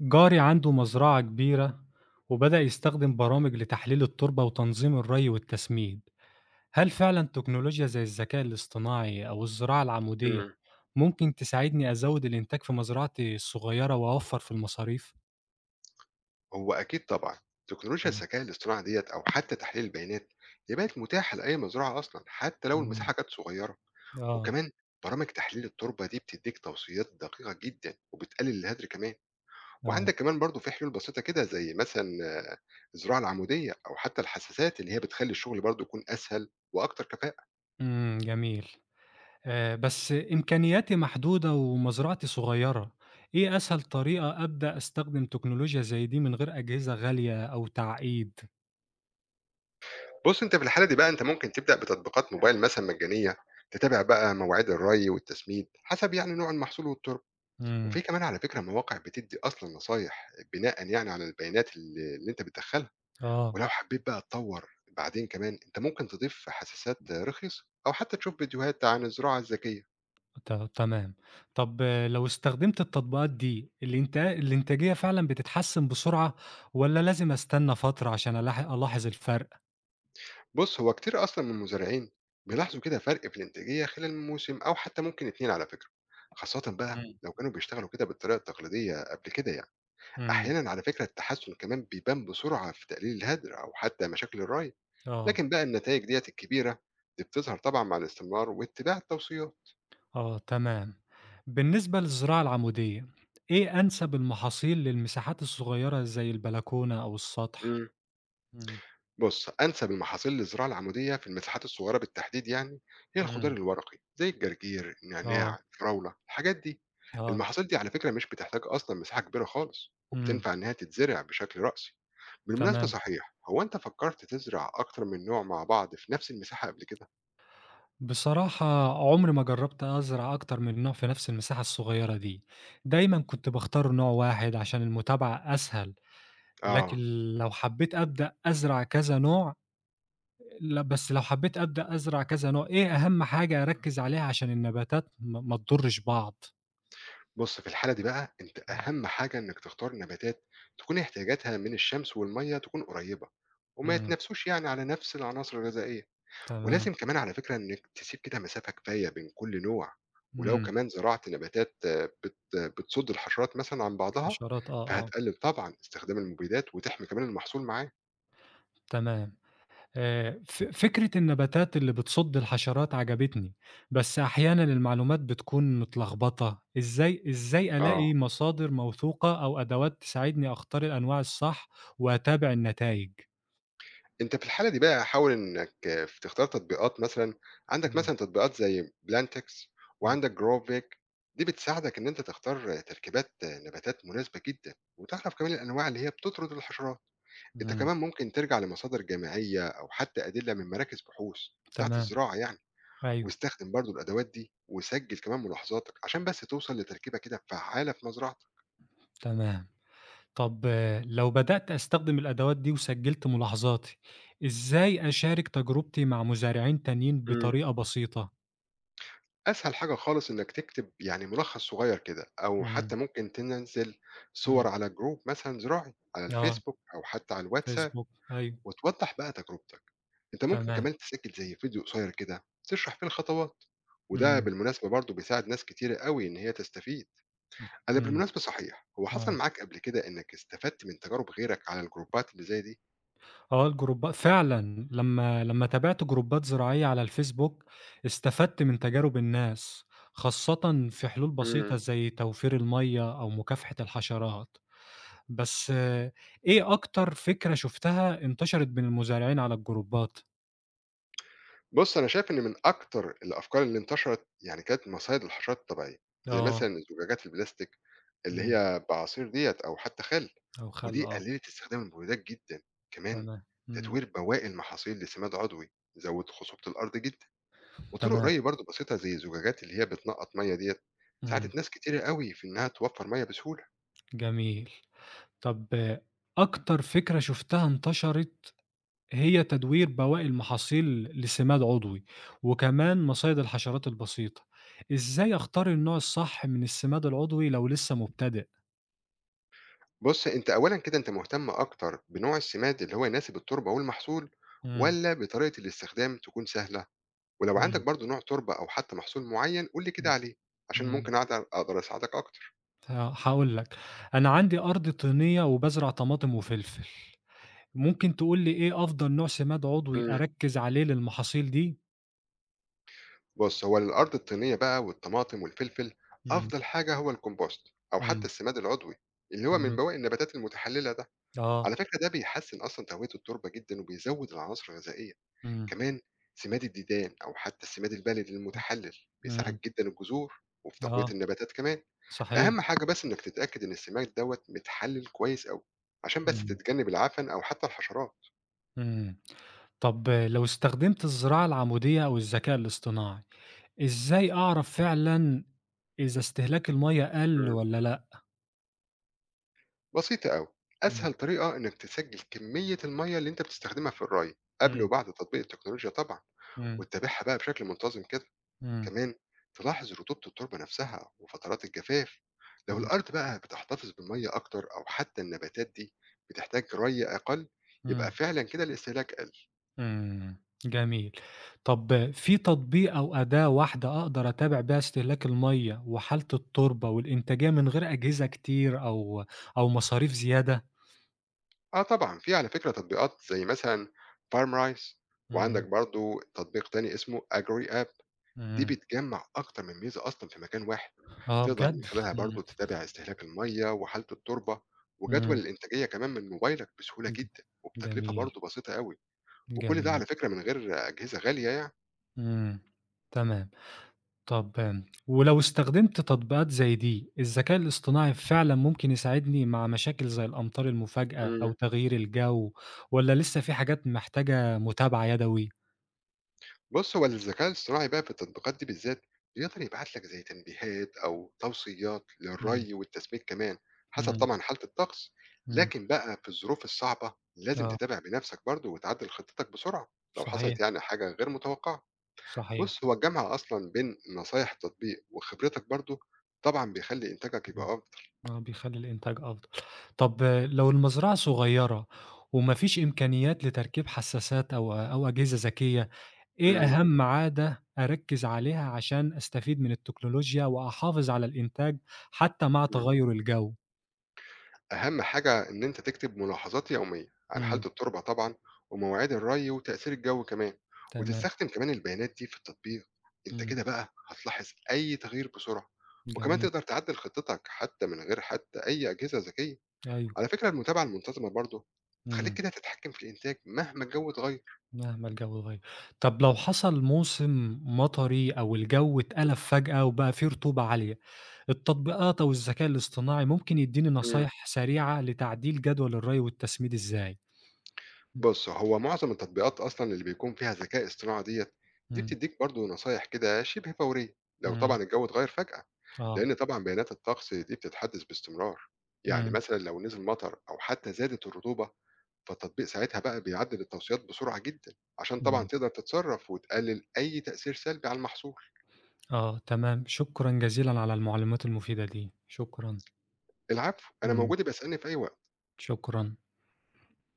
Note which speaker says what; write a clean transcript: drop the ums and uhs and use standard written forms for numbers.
Speaker 1: جاري عنده مزرعة كبيرة وبدأ يستخدم برامج لتحليل التربة وتنظيم الري والتسميد. هل فعلا تكنولوجيا زي الذكاء الاصطناعي أو الزراعة العمودية
Speaker 2: إمم.
Speaker 1: ممكن تساعدني أزود الإنتاج في مزرعتي الصغيرة وأوفر في المصاريف؟
Speaker 2: هو أكيد طبعًا، تكنولوجيا
Speaker 1: مم.
Speaker 2: الذكاء الاصطناعي ديّة أو حتى تحليل البيانات، هي بقت متاحة لأي مزرعة أصلًا، حتى لو
Speaker 1: مم.
Speaker 2: المساحة كانت صغيرة،
Speaker 1: آه.
Speaker 2: وكمان برامج تحليل التربة دي بتدّيك توصيات دقيقة جدًا، وبتقلل الهدر كمان،
Speaker 1: آه.
Speaker 2: وعندك كمان برضه في حلول بسيطة كده زي مثلًا الزراعة العمودية أو حتى الحساسات اللي هي بتخلّي الشغل برضه يكون أسهل وأكتر كفاءة.
Speaker 1: مم. جميل. آه، بس إمكانياتي محدودة ومزرعتي صغيرة. إيه أسهل طريقة أبدأ أستخدم تكنولوجيا زي دي من غير أجهزة غالية أو تعقيد؟
Speaker 2: بُص أنت في الحالة دي بقى أنت ممكن تبدأ بتطبيقات موبايل مثلًا مجانية، تتابع بقى مواعيد الري والتسميد حسب يعني نوع المحصول والتربة. وفي
Speaker 1: مم.
Speaker 2: كمان على فكرة مواقع بتدّي أصلًا نصايح بناءً يعني على البيانات اللي أنت بتدخّلها،
Speaker 1: آه.
Speaker 2: ولو حبيت بقى تطوّر بعدين كمان، أنت ممكن تضيف حساسات رخيصة أو حتى تشوف فيديوهات عن الزراعة الذكية.
Speaker 1: تمام. طب آه، لو استخدمت التطبيقات دي، الإنتاجية فعلًا بتتحسّن بسرعة والّا لازم أستنى فترة عشان ألاحظ الفرق؟
Speaker 2: بُص، هو كتير أصلًا من المزارعين بيلاحظوا كده فرق في الإنتاجية خلال موسم أو حتى ممكن 2 على فكرة، خاصةً بقى
Speaker 1: إمم.
Speaker 2: لو كانوا بيشتغلوا كده بالطريقة التقليدية قبل كده يعني.
Speaker 1: إمم.
Speaker 2: أحيانًا على فكرة التحسّن كمان بيبان بسرعة في تقليل الهدر أو حتى مشاكل الري.
Speaker 1: آه.
Speaker 2: لكن بقى النتائج ديّة الكبيرة دي بتظهر طبعًا مع الاستمرار واتباع التوصيات.
Speaker 1: آه، تمام. بالنسبة للزراعة العمودية، إيه أنسب المحاصيل للمساحات الصغيرة زي البلكونة أو السطح؟
Speaker 2: إمم.
Speaker 1: إمم.
Speaker 2: بُص، أنسب المحاصيل للزراعة العمودية في المساحات الصغيرة بالتحديد يعني هي الخضار
Speaker 1: إمم.
Speaker 2: الورقي زي الجرجير، النعناع،
Speaker 1: آه.
Speaker 2: الفراولة، الحاجات دي.
Speaker 1: آه.
Speaker 2: المحاصيل دي على فكرة مش بتحتاج أصلًا مساحة كبيرة خالص،
Speaker 1: إمم.
Speaker 2: وبتنفع إنها تتزرع بشكل رأسي. بالمناسبة
Speaker 1: تمام.
Speaker 2: صحيح، هو أنت فكرت تزرع أكتر من نوع مع بعض في نفس المساحة قبل كده؟
Speaker 1: بصراحة عمري ما جربت أزرع أكتر من نوع في نفس المساحة الصغيرة دي، دايمًا كنت باختار نوع واحد عشان المتابعة أسهل، لكن
Speaker 2: آه.
Speaker 1: لو حبيت أبدأ أزرع كذا نوع لأ بس لو حبيت أبدأ أزرع كذا نوع، إيه أهم حاجة أركز عليها عشان النباتات ما تضرش بعض؟
Speaker 2: بُص، في الحالة دي بقى أنت أهم حاجة إنك تختار نباتات تكون احتياجاتها من الشمس والمَيّة تكون قريّبة، وما
Speaker 1: إمم.
Speaker 2: يتنافسوش يعني على نفس العناصر الغذائية، ولازم
Speaker 1: تمام.
Speaker 2: كمان على فكرة إنك تسيب كده مسافة كفاية بين كل نوع، ولو
Speaker 1: إمم.
Speaker 2: كمان زرعت نباتات بتصُد الحشرات مثلًا عن بعضها،
Speaker 1: إشارات آه، آه.
Speaker 2: فهتقلل طبعًا استخدام المبيدات وتحمي كمان المحصول معاه.
Speaker 1: تمام. ف فكرة النباتات اللي بتصُد الحشرات عجبتني، بس أحيانًا المعلومات بتكون متلخبطة. إزاي
Speaker 2: آه.
Speaker 1: ألاقي مصادر موثوقة أو أدوات تساعدني أختار الأنواع الصح وأتابع النتايج؟
Speaker 2: أنت في الحالة دي بقى حاول إنّك تختار تطبيقات مثلًا، عندك
Speaker 1: إمم.
Speaker 2: مثلًا تطبيقات زي بلانتكس
Speaker 1: إمم.
Speaker 2: وعندك growback، دي بتساعدك إن أنت تختار تركيبات نباتات مناسبة جدًا، وتعرف كمان الأنواع اللي هي بتطرد الحشرات. أنت
Speaker 1: إمم.
Speaker 2: كمان ممكن ترجع لمصادر جامعية أو حتى أدلة من مراكز بحوث بتاعة
Speaker 1: تمام.
Speaker 2: الزراعة يعني،
Speaker 1: أيوه.
Speaker 2: واستخدم برضه الأدوات دي، وسجّل كمان ملاحظاتك عشان بس توصل لتركيبة كده فعّالة في مزرعتك.
Speaker 1: تمام. طَب آه، لو بدأت أستخدم الأدوات دي وسجّلت ملاحظاتي، إزاي أشارك تجربتي مع مزارعين تانيين
Speaker 2: إمم.
Speaker 1: بطريقة بسيطة؟
Speaker 2: أسهل حاجة خالص إنك تكتب يعني ملخص صغير كده أو
Speaker 1: إمم.
Speaker 2: حتى ممكن تنزل صور
Speaker 1: إمم.
Speaker 2: على جروب مثلا زراعي على
Speaker 1: آه.
Speaker 2: الفيسبوك أو حتى على الواتساب
Speaker 1: فيسبوك، أيوه.
Speaker 2: وتوضح بقى تجربتك أنت ممكن
Speaker 1: تمام.
Speaker 2: كمان تسجل زي فيديو قصير كده تشرح فيه الخطوات وده
Speaker 1: إمم.
Speaker 2: بالمناسبة برضو بيساعد ناس كتيرة قوي إن هي تستفيد
Speaker 1: إمم.
Speaker 2: أنا
Speaker 1: إمم.
Speaker 2: بالمناسبة صحيح هو حصل
Speaker 1: آه.
Speaker 2: معاك قبل كده إنك استفدت من تجارب غيرك على الجروبات اللي زي
Speaker 1: آه، الجروبا فعلًا لمّا تابعت جروبات زراعية على الفيسبوك، استفدت من تجارب الناس، خاصةً في حلول
Speaker 2: دي؟
Speaker 1: بسيطة زي توفير المَيّة أو مكافحة الحشرات. بس آه، إيه أكتر فكرة شُفتها انتشرت بين المزارعين على الجروبات؟
Speaker 2: بُص، أنا شايف إن من أكتر الأفكار اللي انتشرت يعني كانت مصايد للحشرات الطبيعية، زي
Speaker 1: آه.
Speaker 2: مثلًا الزجاجات البلاستيك اللي
Speaker 1: إمم.
Speaker 2: هي بعصير ديّة أو حتى خَل،
Speaker 1: أو
Speaker 2: ودي
Speaker 1: خَل آه.
Speaker 2: قلّلت استخدام المبيدات جدًا، كمان
Speaker 1: تمام. إمم.
Speaker 2: تدوير بواقي المحاصيل لسماد عضوي زوّد خصوبة الأرض جدًا، وطرق
Speaker 1: تمام.
Speaker 2: ري برضه بسيطة زي الزجاجات اللي هي بتنقّط مَيّة ديّة،
Speaker 1: إمم.
Speaker 2: ساعدت ناس كتيرة أوي في إنها توفّر مَيّة بسهولة.
Speaker 1: جميل. طَب آه، أكتر فكرة شُفتها انتشرت هي تدوير بواقي المحاصيل لسماد عضوي، وكمان مصايد الحشرات البسيطة. إزاي أختار النوع الصح من السماد العضوي لو لسه مبتدئ؟
Speaker 2: بُص، أنت أولًا كده أنت مهتم أكتر بنوع السماد اللي هو يناسب التربة والمحصول
Speaker 1: إمم.
Speaker 2: والّا بطريقة الاستخدام تكون سهلة؟ ولو عندك
Speaker 1: إمم.
Speaker 2: برضه نوع تربة أو حتى محصول معين قُل لي كده
Speaker 1: إمم.
Speaker 2: عليه، عشان
Speaker 1: إمم.
Speaker 2: ممكن أقدر أساعدك أكتر.
Speaker 1: ه هاقول لك، أنا عندي أرض طينية وبازرع طماطم وفلفل. ممكن تقول لي إيه أفضل نوع سماد عضوي
Speaker 2: إمم.
Speaker 1: أركّز عليه للمحاصيل دي؟
Speaker 2: بُص، هو للأرض الطينية بقى والطماطم والفلفل،
Speaker 1: إمم.
Speaker 2: أفضل حاجة هو الcompost أو حتى
Speaker 1: إمم.
Speaker 2: السماد العضوي، اللي هو من
Speaker 1: تمام.
Speaker 2: بواقي النباتات المتحللة ده.
Speaker 1: آه.
Speaker 2: على فكرة ده بيحسّن أصلًا تهوية التربة جدًا وبيزوّد العناصر الغذائية.
Speaker 1: إمم.
Speaker 2: كمان سماد الديدان أو حتى السماد البلدي المتحلل،
Speaker 1: إمم.
Speaker 2: بيساعد جدًا الجذور وفي تقوية
Speaker 1: آه.
Speaker 2: النباتات كمان.
Speaker 1: صحيح.
Speaker 2: أهم حاجة بس إنك تتأكد إن السماد دوّة متحلل كويس أوي، عشان بس
Speaker 1: إمم.
Speaker 2: تتجنب العفن أو حتى الحشرات.
Speaker 1: إمم. طب لو استخدمت الزراعة العمودية أو الذكاء الاصطناعي، إزاي أعرف فعلًا إذا استهلاك المَيّة قَل
Speaker 2: إمم.
Speaker 1: والّا لأ؟
Speaker 2: بسيطة أوي،
Speaker 1: إمم.
Speaker 2: أسهل طريقة إنك تسجل كمية المَيّة اللي أنت بتستخدمها في الري، قبل
Speaker 1: إمم.
Speaker 2: وبعد تطبيق التكنولوجيا طبعًا،
Speaker 1: إمم.
Speaker 2: وتتابعها بقى بشكل منتظم كده،
Speaker 1: إمم.
Speaker 2: كمان تلاحظ رطوبة التربة نفسها وفترات الجفاف، لو
Speaker 1: إمم.
Speaker 2: الأرض بقى بتحتفظ بالمَيّة أكتر أو حتى النباتات دي بتحتاج ري أقل، يبقى
Speaker 1: إمم.
Speaker 2: فعلًا كده الاستهلاك قل.
Speaker 1: إمم. جميل. طب في تطبيق أو أداة واحدة أقدر أتابع بيها استهلاك المَيّة وحالة التربة والإنتاجية من غير أجهزة كتير أو مصاريف زيادة؟
Speaker 2: آه طبعًا في على فكرة تطبيقات زي مثلًا Farmrise وعندك
Speaker 1: إمم.
Speaker 2: برضه تطبيق تاني اسمه AgriApp. دي
Speaker 1: إمم.
Speaker 2: بتجمّع أكتر من ميزة أصلًا في مكان واحد،
Speaker 1: آه
Speaker 2: تقدر من
Speaker 1: بجد؟
Speaker 2: خلالها
Speaker 1: إمم.
Speaker 2: برضه تتابع استهلاك المَيّة وحالة التربة، وجدول
Speaker 1: إمم.
Speaker 2: الإنتاجية كمان من موبايلك بسهولة
Speaker 1: ج
Speaker 2: جدًا، وبتكلفة
Speaker 1: جميل.
Speaker 2: برضه بسيطة أوي، وكل ده
Speaker 1: جميل.
Speaker 2: على فكرة من غير أجهزة غالية يعني.
Speaker 1: إمم. تمام. طب ولو استخدمت تطبيقات زي دي، الذكاء الاصطناعي فعلًا ممكن يساعدني مع مشاكل زي الأمطار المفاجئة أو
Speaker 2: إمم.
Speaker 1: تغيير الجو والّا لسه في حاجات محتاجة متابعة يدوي؟
Speaker 2: بُص، هو الذكاء الاصطناعي بقى في التطبيقات دي بالذات بيقدر يبعت لك زي تنبيهات أو توصيات
Speaker 1: إمم.
Speaker 2: للري والتسميد كمان، حسب
Speaker 1: إمم.
Speaker 2: طبعًا حالة الطقس،
Speaker 1: إمم.
Speaker 2: لكن بقى في الظروف الصعبة لازم
Speaker 1: آه.
Speaker 2: تتابع بنفسك برضه وتعدل خطتك بسرعة لو
Speaker 1: صحيح.
Speaker 2: حصلت يعني حاجة غير متوقعة.
Speaker 1: صحيح.
Speaker 2: بُص، هو الجمع أصلًا بين نصايح التطبيق وخبرتك برضه، طبعًا بيخلّي إنتاجك يبقى
Speaker 1: إمم.
Speaker 2: أفضل.
Speaker 1: آه، بيخلّي الإنتاج أفضل. طب آه، لو المزرعة صغيرة وما فيش إمكانيات لتركيب حساسات أو أجهزة ذكية، إيه
Speaker 2: إمم،
Speaker 1: أهم عادة أركّز عليها عشان أستفيد من التكنولوجيا وأحافظ على الإنتاج حتى مع
Speaker 2: إمم.
Speaker 1: تغيُّر الجو؟
Speaker 2: أهم حاجة إن أنت تكتب ملاحظات يومية عن حالة
Speaker 1: إمم.
Speaker 2: التربة طبعًا، ومواعيد الري وتأثير الجو كمان،
Speaker 1: تمام.
Speaker 2: وتستخدم كمان البيانات دي في التطبيق. أنت
Speaker 1: إمم.
Speaker 2: كده بقى هتلاحظ أي تغيير بسرعة، وكمان
Speaker 1: جميل.
Speaker 2: تقدر تعدل خطتك حتى من غير حتى أي أجهزة ذكية.
Speaker 1: أيوه.
Speaker 2: على فكرة المتابعة المنتظمة برضه، بتخلّيك
Speaker 1: إمم.
Speaker 2: كده تتحكم في الإنتاج مهما الجو اتغير.
Speaker 1: مهما الجو اتغيّر. طَب لو حصل موسم مطري أو الجو اتقلب فجأة وبقى فيه رطوبة عالية، التطبيقات أو الذكاء الاصطناعي ممكن يدّيني
Speaker 2: إمم.
Speaker 1: نصايح سريعة لتعديل جدول الري والتسميد إزاي؟ إمم.
Speaker 2: بُص، هو معظم التطبيقات أصلًا اللي بيكون فيها ذكاء اصطناعي ديّة، دي
Speaker 1: إمم.
Speaker 2: بتدّيك برضه نصايح كده شِبه فورية، لو طبعًا
Speaker 1: إمم.
Speaker 2: الجو اتغيّر فجأة،
Speaker 1: آه.
Speaker 2: لإن طبعًا بيانات الطقس دي بتتحدّث باستمرار، يعني
Speaker 1: إمم.
Speaker 2: مثلًا لو نزل مطر أو حتى زادت الرطوبة، فالتطبيق ساعتها بقى بيعدّل التوصيات بسرعة جدًا، عشان طبعًا
Speaker 1: إمم.
Speaker 2: تقدر تتصرّف وتقلّل أي تأثير سلبي على المحصول.
Speaker 1: آه تمام، شكرًا جزيلًا على المعلومات المفيدة دي، شكرًا.
Speaker 2: العفو، أنا
Speaker 1: إمم.
Speaker 2: موجود يبقى اسألني في أي وقت.
Speaker 1: شكرًا.